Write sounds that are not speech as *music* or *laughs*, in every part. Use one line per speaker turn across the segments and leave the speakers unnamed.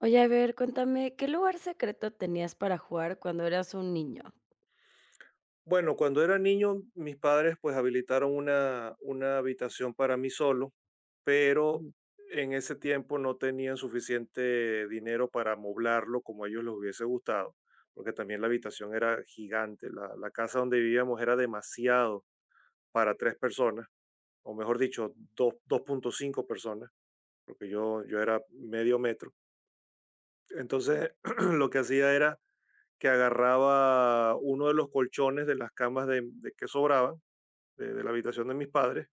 Oye, a ver, cuéntame, ¿qué lugar secreto tenías para jugar cuando eras un niño?
Bueno, cuando era niño, mis padres pues habilitaron una habitación para mí solo, pero
Ujú.
en ese tiempo no tenían suficiente dinero para amoblarlo como a ellos les hubiese gustado, porque también la habitación era gigante, la casa donde vivíamos era demasiado para tres personas, o mejor dicho, 2.5 personas, porque yo era medio metro. Entonces, *clears throat* lo que hacía era que agarraba uno de los colchones de las camas de que sobraban de la habitación de mis padres,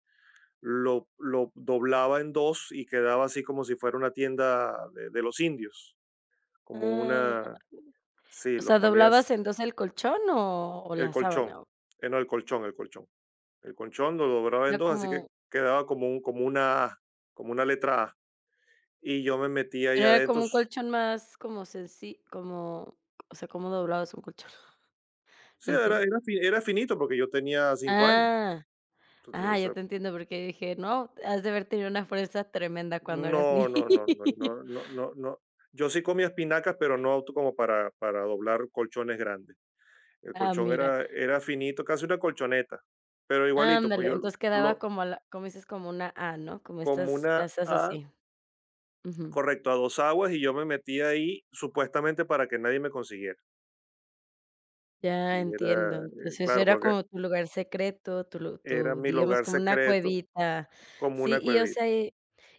lo doblaba en dos y quedaba así como si fuera una tienda de los indios, como
Ah,
una, sí,
o
lo
sea,
ponías,
¿doblabas entonces el colchón o
el
la
colchón,
sábana? ¿O
no el colchón, el colchón, el colchón lo doblaba en
era
dos, así que
como
quedaba como una letra A. Y yo me metía ahí
pero era como
adentro,
un colchón más como sencillo, como, o sea, ¿cómo doblabas un colchón? *laughs* No
sí,
entiendo.
era finito porque yo tenía 5 años.
Ah,
Entonces, o
ah, ya
sea,
te entiendo, porque dije: "No, has de haber tenido una fuerza tremenda cuando eras
no,
niño".
no, no, no,
*laughs*
no, no, no, no. Yo sí comía espinacas, pero no como para doblar colchones grandes. El
Ah,
colchón
mira,
era finito, casi una colchoneta, pero igualito, pues
ándale,
yo
entonces quedaba
lo,
como a la como dices, como una A, ¿no? Como
como
estas
una
casas
A,
así.
correcto, a dos aguas y yo me metí ahí supuestamente para que nadie me consiguiera.
Ya
Y
entiendo.
era,
Entonces
claro,
era
porque
como tu lugar secreto, tu lu
era
tu,
mi
digamos,
lugar
como una
secreto
cuevita.
como
Sí,
una
y, o
cuevita.
sea, ¿y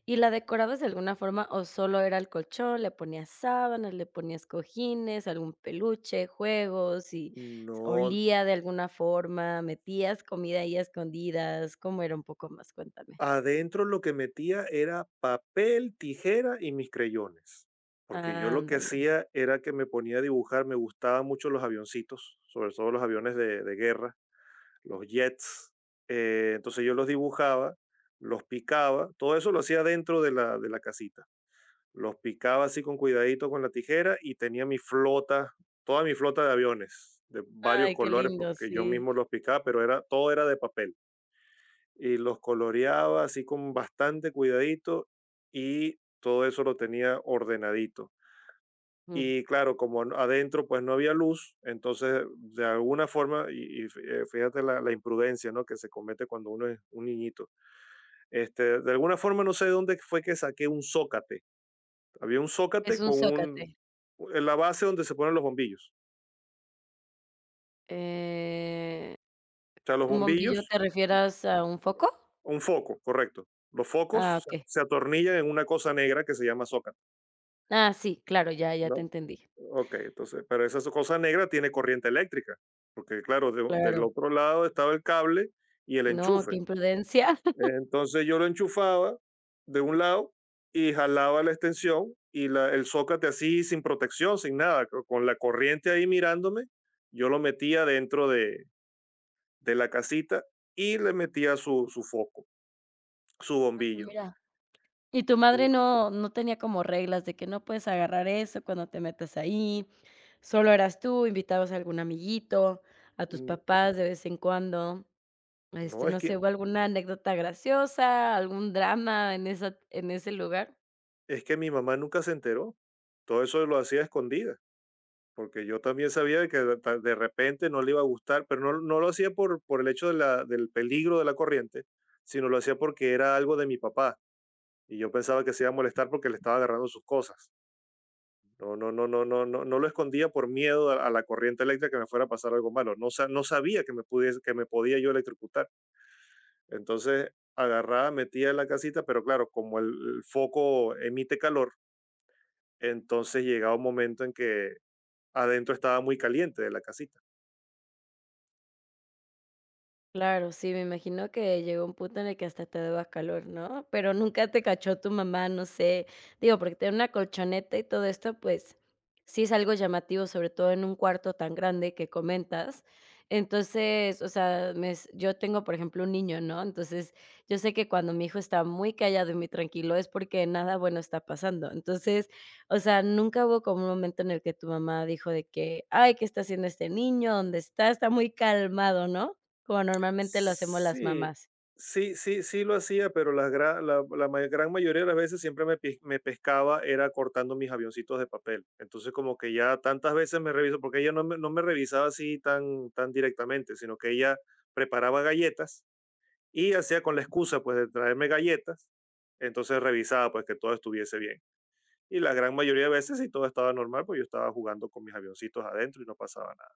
y la decorabas de alguna forma o solo era el colchón? ¿Le ponías sábanas, le ponías cojines, algún peluche, juegos y
No,
olía de alguna forma? ¿Metías comida ahí a escondidas? ¿Cómo era un poco más? Cuéntame.
adentro lo que metía era papel, tijera y mis creyones. Porque yo lo que
Ándale.
hacía era que me ponía a dibujar, me gustaban mucho los avioncitos, sobre todo los aviones de guerra, los jets. Entonces yo los dibujaba, los picaba, todo eso lo hacía dentro de la casita. Los picaba así con cuidadito con la tijera y tenía mi flota, toda mi flota de aviones de varios
Ay, qué
colores
lindo,
porque yo
sí.
mismo los picaba, pero era, todo era de papel. Y los coloreaba así con bastante cuidadito y todo eso lo tenía ordenadito.
Mm.
Y claro, como adentro pues no había luz, entonces de alguna forma, fíjate la imprudencia, ¿no?, que se comete cuando uno es un niñito, este, de alguna forma no sé de dónde fue que saqué un zócate. Había un
Es
zócate
un
con un,
zócate.
en la base donde se ponen los bombillos.
Eh,
O sea, los
¿Un bombillo
bombillos,
te refieras a un foco?
un foco, correcto. Los
Ah,
focos
okey.
se atornillan en una cosa negra que se llama zócate,
Ah, sí, claro, ya, ya te
¿no?
entendí.
Ok, entonces, pero esa cosa negra tiene corriente eléctrica, porque claro, del
Claro.
otro lado estaba el cable y el
No, qué
enchufe.
imprudencia.
Entonces yo lo enchufaba de un lado y jalaba la extensión y el zócate así sin protección, sin nada, con la corriente ahí mirándome, yo lo metía dentro de la casita y le metía su foco, su
*laughs*
bombillo.
Mira. ¿Y tu
Eh,
madre no tenía como reglas de que no puedes agarrar eso cuando te metas ahí? ¿Solo eras tú, invitabas a algún amiguito, a tus
mm,
papás de vez en cuando? Este,
No,
no sé, ¿hubo alguna anécdota graciosa, algún drama en esa en ese lugar?
es que mi mamá nunca se enteró. Todo eso lo hacía a escondida, porque yo también sabía que de repente no le iba a gustar, pero no, no lo hacía por el hecho de del peligro de la corriente, sino lo hacía porque era algo de mi papá y yo pensaba que se iba a molestar porque le estaba agarrando sus cosas. No, no, no, no, no, no, no lo escondía por miedo a la corriente eléctrica que me fuera a pasar algo malo. No, no sabía que que me podía yo electrocutar. Entonces agarraba, metía en la casita, pero claro, como el foco emite calor, entonces llegaba un momento en que adentro estaba muy caliente de la casita.
Claro, sí, me imagino que llegó un punto en el que hasta te daba calor, ¿no? Pero nunca te cachó tu mamá, no sé. Digo, porque tener una colchoneta y todo esto, pues sí es algo llamativo, sobre todo en un cuarto tan grande que comentas. Entonces, o sea, me s- yo tengo, por ejemplo, un niño, ¿no? Entonces, yo sé que cuando mi hijo está muy callado y muy tranquilo es porque nada bueno está pasando. Entonces, o sea, nunca hubo como un momento en el que tu mamá dijo de que, ay, ¿qué está haciendo este niño? ¿Dónde está? Está muy calmado, ¿no? Como normalmente lo hacemos las
Sí,
mamás.
sí, sí, sí lo hacía, pero la, gra- la ma- gran mayoría de las veces siempre me pescaba, era cortando mis avioncitos de papel. Entonces como que ya tantas veces me revisó, porque ella no me revisaba así tan, tan directamente, sino que ella preparaba galletas y hacía con la excusa pues de traerme galletas, entonces revisaba pues que todo estuviese bien. Y la gran mayoría de veces si todo estaba normal, pues yo estaba jugando con mis avioncitos adentro y no pasaba nada.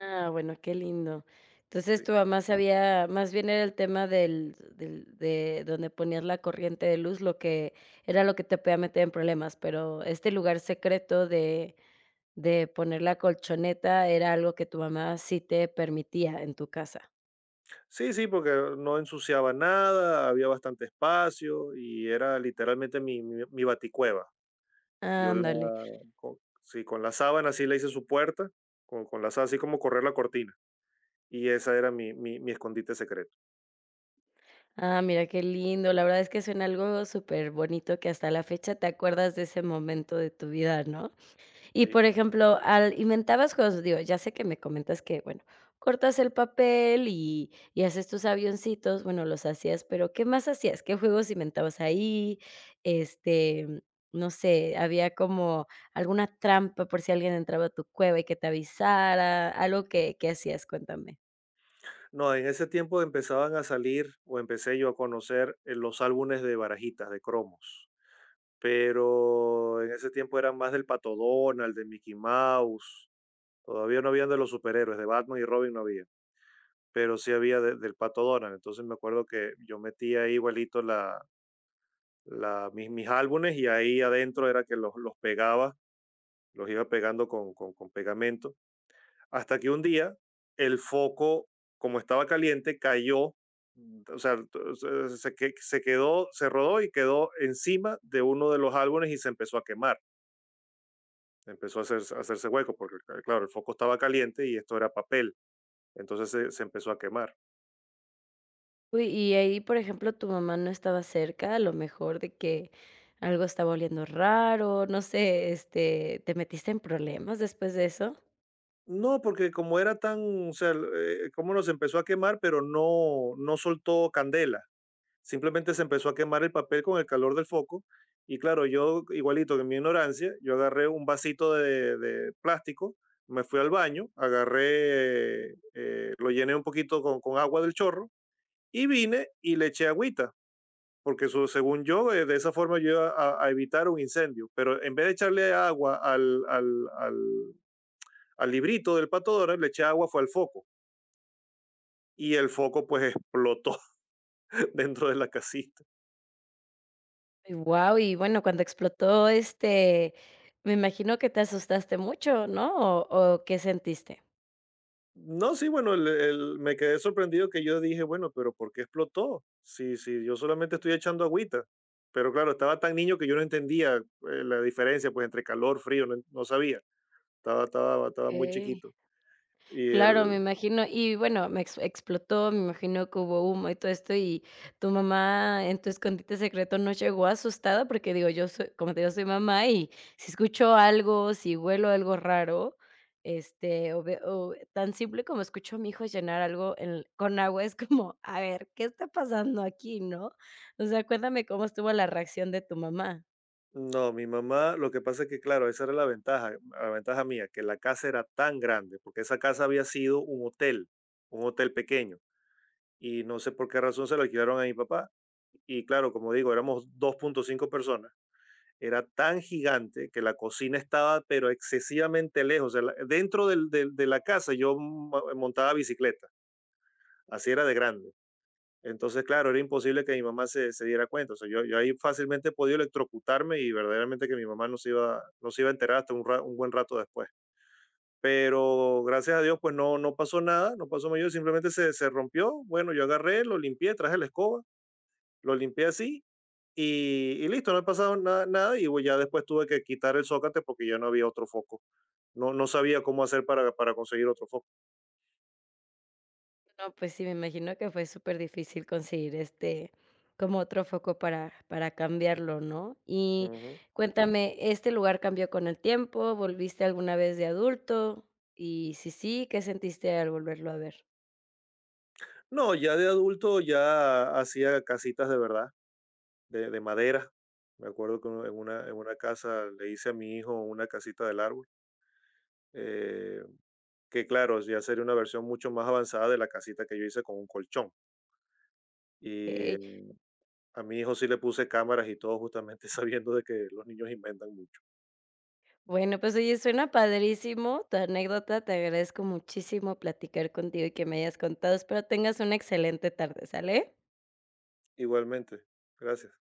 Ah, bueno, qué lindo. Entonces, tu
¿Sí?
mamá sabía más bien era el tema del de donde ponías la corriente de luz, lo que era lo que te podía meter en problemas, pero este lugar secreto de poner la colchoneta era algo que tu mamá sí te permitía en tu casa.
Sí, sí, porque no ensuciaba nada, había bastante espacio y era literalmente mi baticueva. Yo la,
Ándale.
con, sí, con la sábana así le hice su puerta, con la sábana así como correr la cortina. Y esa era mi escondite secreto.
Ah, mira qué lindo. La verdad es que suena algo súper bonito que hasta la fecha te acuerdas de ese momento de tu vida, ¿no? Y,
Sí.
por ejemplo, al inventabas juegos, digo, ya sé que me comentas que, bueno, cortas el papel y haces tus avioncitos, bueno, los hacías, pero, ¿qué más hacías? ¿Qué juegos inventabas ahí? Este, mm, no sé, ¿había como alguna trampa por si alguien entraba a tu cueva y que te avisara? Algo que hacías, cuéntame.
No, en ese tiempo empezaban a salir o empecé yo a conocer los álbumes de barajitas, de cromos. Pero en ese tiempo eran más del Pato Donald, de Mickey Mouse. Todavía no habían de los superhéroes, de Batman y Robin no había. Pero sí había del Pato Donald. Entonces me acuerdo que yo metía ahí igualito mis álbumes y ahí adentro era que los pegaba, los iba pegando con pegamento. Hasta que un día el foco, como estaba caliente, cayó, mm, o sea, se quedó, se rodó y quedó encima de uno de los álbumes y se empezó a quemar. Empezó a hacerse hueco porque, claro, el foco estaba caliente y esto era papel. Entonces se empezó a quemar.
Uy, y ahí, por ejemplo, tu mamá no estaba cerca, a lo mejor de que algo estaba oliendo raro, no sé, este, ¿te metiste en problemas después de eso?
No, porque como era tan, o sea, cómo los empezó a quemar, pero no, no soltó candela. Simplemente se empezó a quemar el papel con el calor del foco. Y claro, yo, igualito que en mi ignorancia, yo agarré un vasito de plástico, me fui al baño, agarré, lo llené un poquito con agua del chorro y vine y le eché agüita, porque eso, según yo, de esa forma yo iba a evitar un incendio. Pero en vez de echarle agua al al librito del Pato Donald, le eché agua, fue al foco. Y el foco pues explotó *laughs* dentro de la casita.
Wow, y bueno, cuando explotó, este, me imagino que te asustaste mucho, ¿no? ¿O qué sentiste?
No, sí, bueno, me quedé sorprendido, que yo dije, bueno, pero ¿por qué explotó? Sí, sí, yo solamente estoy echando agüita. Pero claro, estaba tan niño que yo no entendía la diferencia pues entre calor, frío, no, no sabía. Estaba muy
Okey.
chiquito. Y
Claro, me
el,
imagino. Y bueno, me ex explotó, me imagino que hubo humo y todo esto, y tu mamá en tu escondite secreto no llegó asustada, porque digo, yo soy, como te digo, soy mamá y si escucho algo, si huelo algo raro, este, o, ve- o tan simple como escucho a mi hijo llenar algo en- con agua, es como, a ver, ¿qué está pasando aquí, no? O sea, cuéntame cómo estuvo la reacción de tu mamá.
no, mi mamá, lo que pasa es que, claro, esa era la ventaja mía, que la casa era tan grande, porque esa casa había sido un hotel pequeño. Y no sé por qué razón se lo alquilaron a mi papá. Y claro, como digo, éramos 2.5 personas. Era tan gigante que la cocina estaba, pero excesivamente lejos. O sea, dentro de la casa yo montaba bicicleta, así era de grande. Entonces, claro, era imposible que mi mamá se diera cuenta. O sea, yo ahí fácilmente podía electrocutarme y verdaderamente que mi mamá no se iba a enterar hasta un, un buen rato después. Pero gracias a Dios, pues no, no pasó nada, no pasó mayor, simplemente se rompió. Bueno, yo agarré, lo limpié, traje la escoba, lo limpié así y listo, no he pasado nada y bueno, ya después tuve que quitar el zócate porque ya no había otro foco. No, no sabía cómo hacer para conseguir otro foco.
No, pues sí, me imagino que fue súper difícil conseguir, este, como otro foco para cambiarlo, ¿no? Y
Ujú.
cuéntame, ¿este lugar cambió con el tiempo? ¿Volviste alguna vez de adulto? Y si sí, ¿qué sentiste al volverlo a ver?
No, ya de adulto ya hacía casitas de verdad, de madera. Me acuerdo que en en una casa le hice a mi hijo una casita del árbol, eh, que claro, ya sería una versión mucho más avanzada de la casita que yo hice con un colchón. Y
Okey.
a mi hijo sí le puse cámaras y todo justamente *laughs* sabiendo de que los niños inventan mucho.
Bueno, pues, oye, suena padrísimo tu anécdota. Te agradezco muchísimo platicar contigo y que me hayas contado. Espero tengas una excelente tarde, ¿sale?
Igualmente, gracias.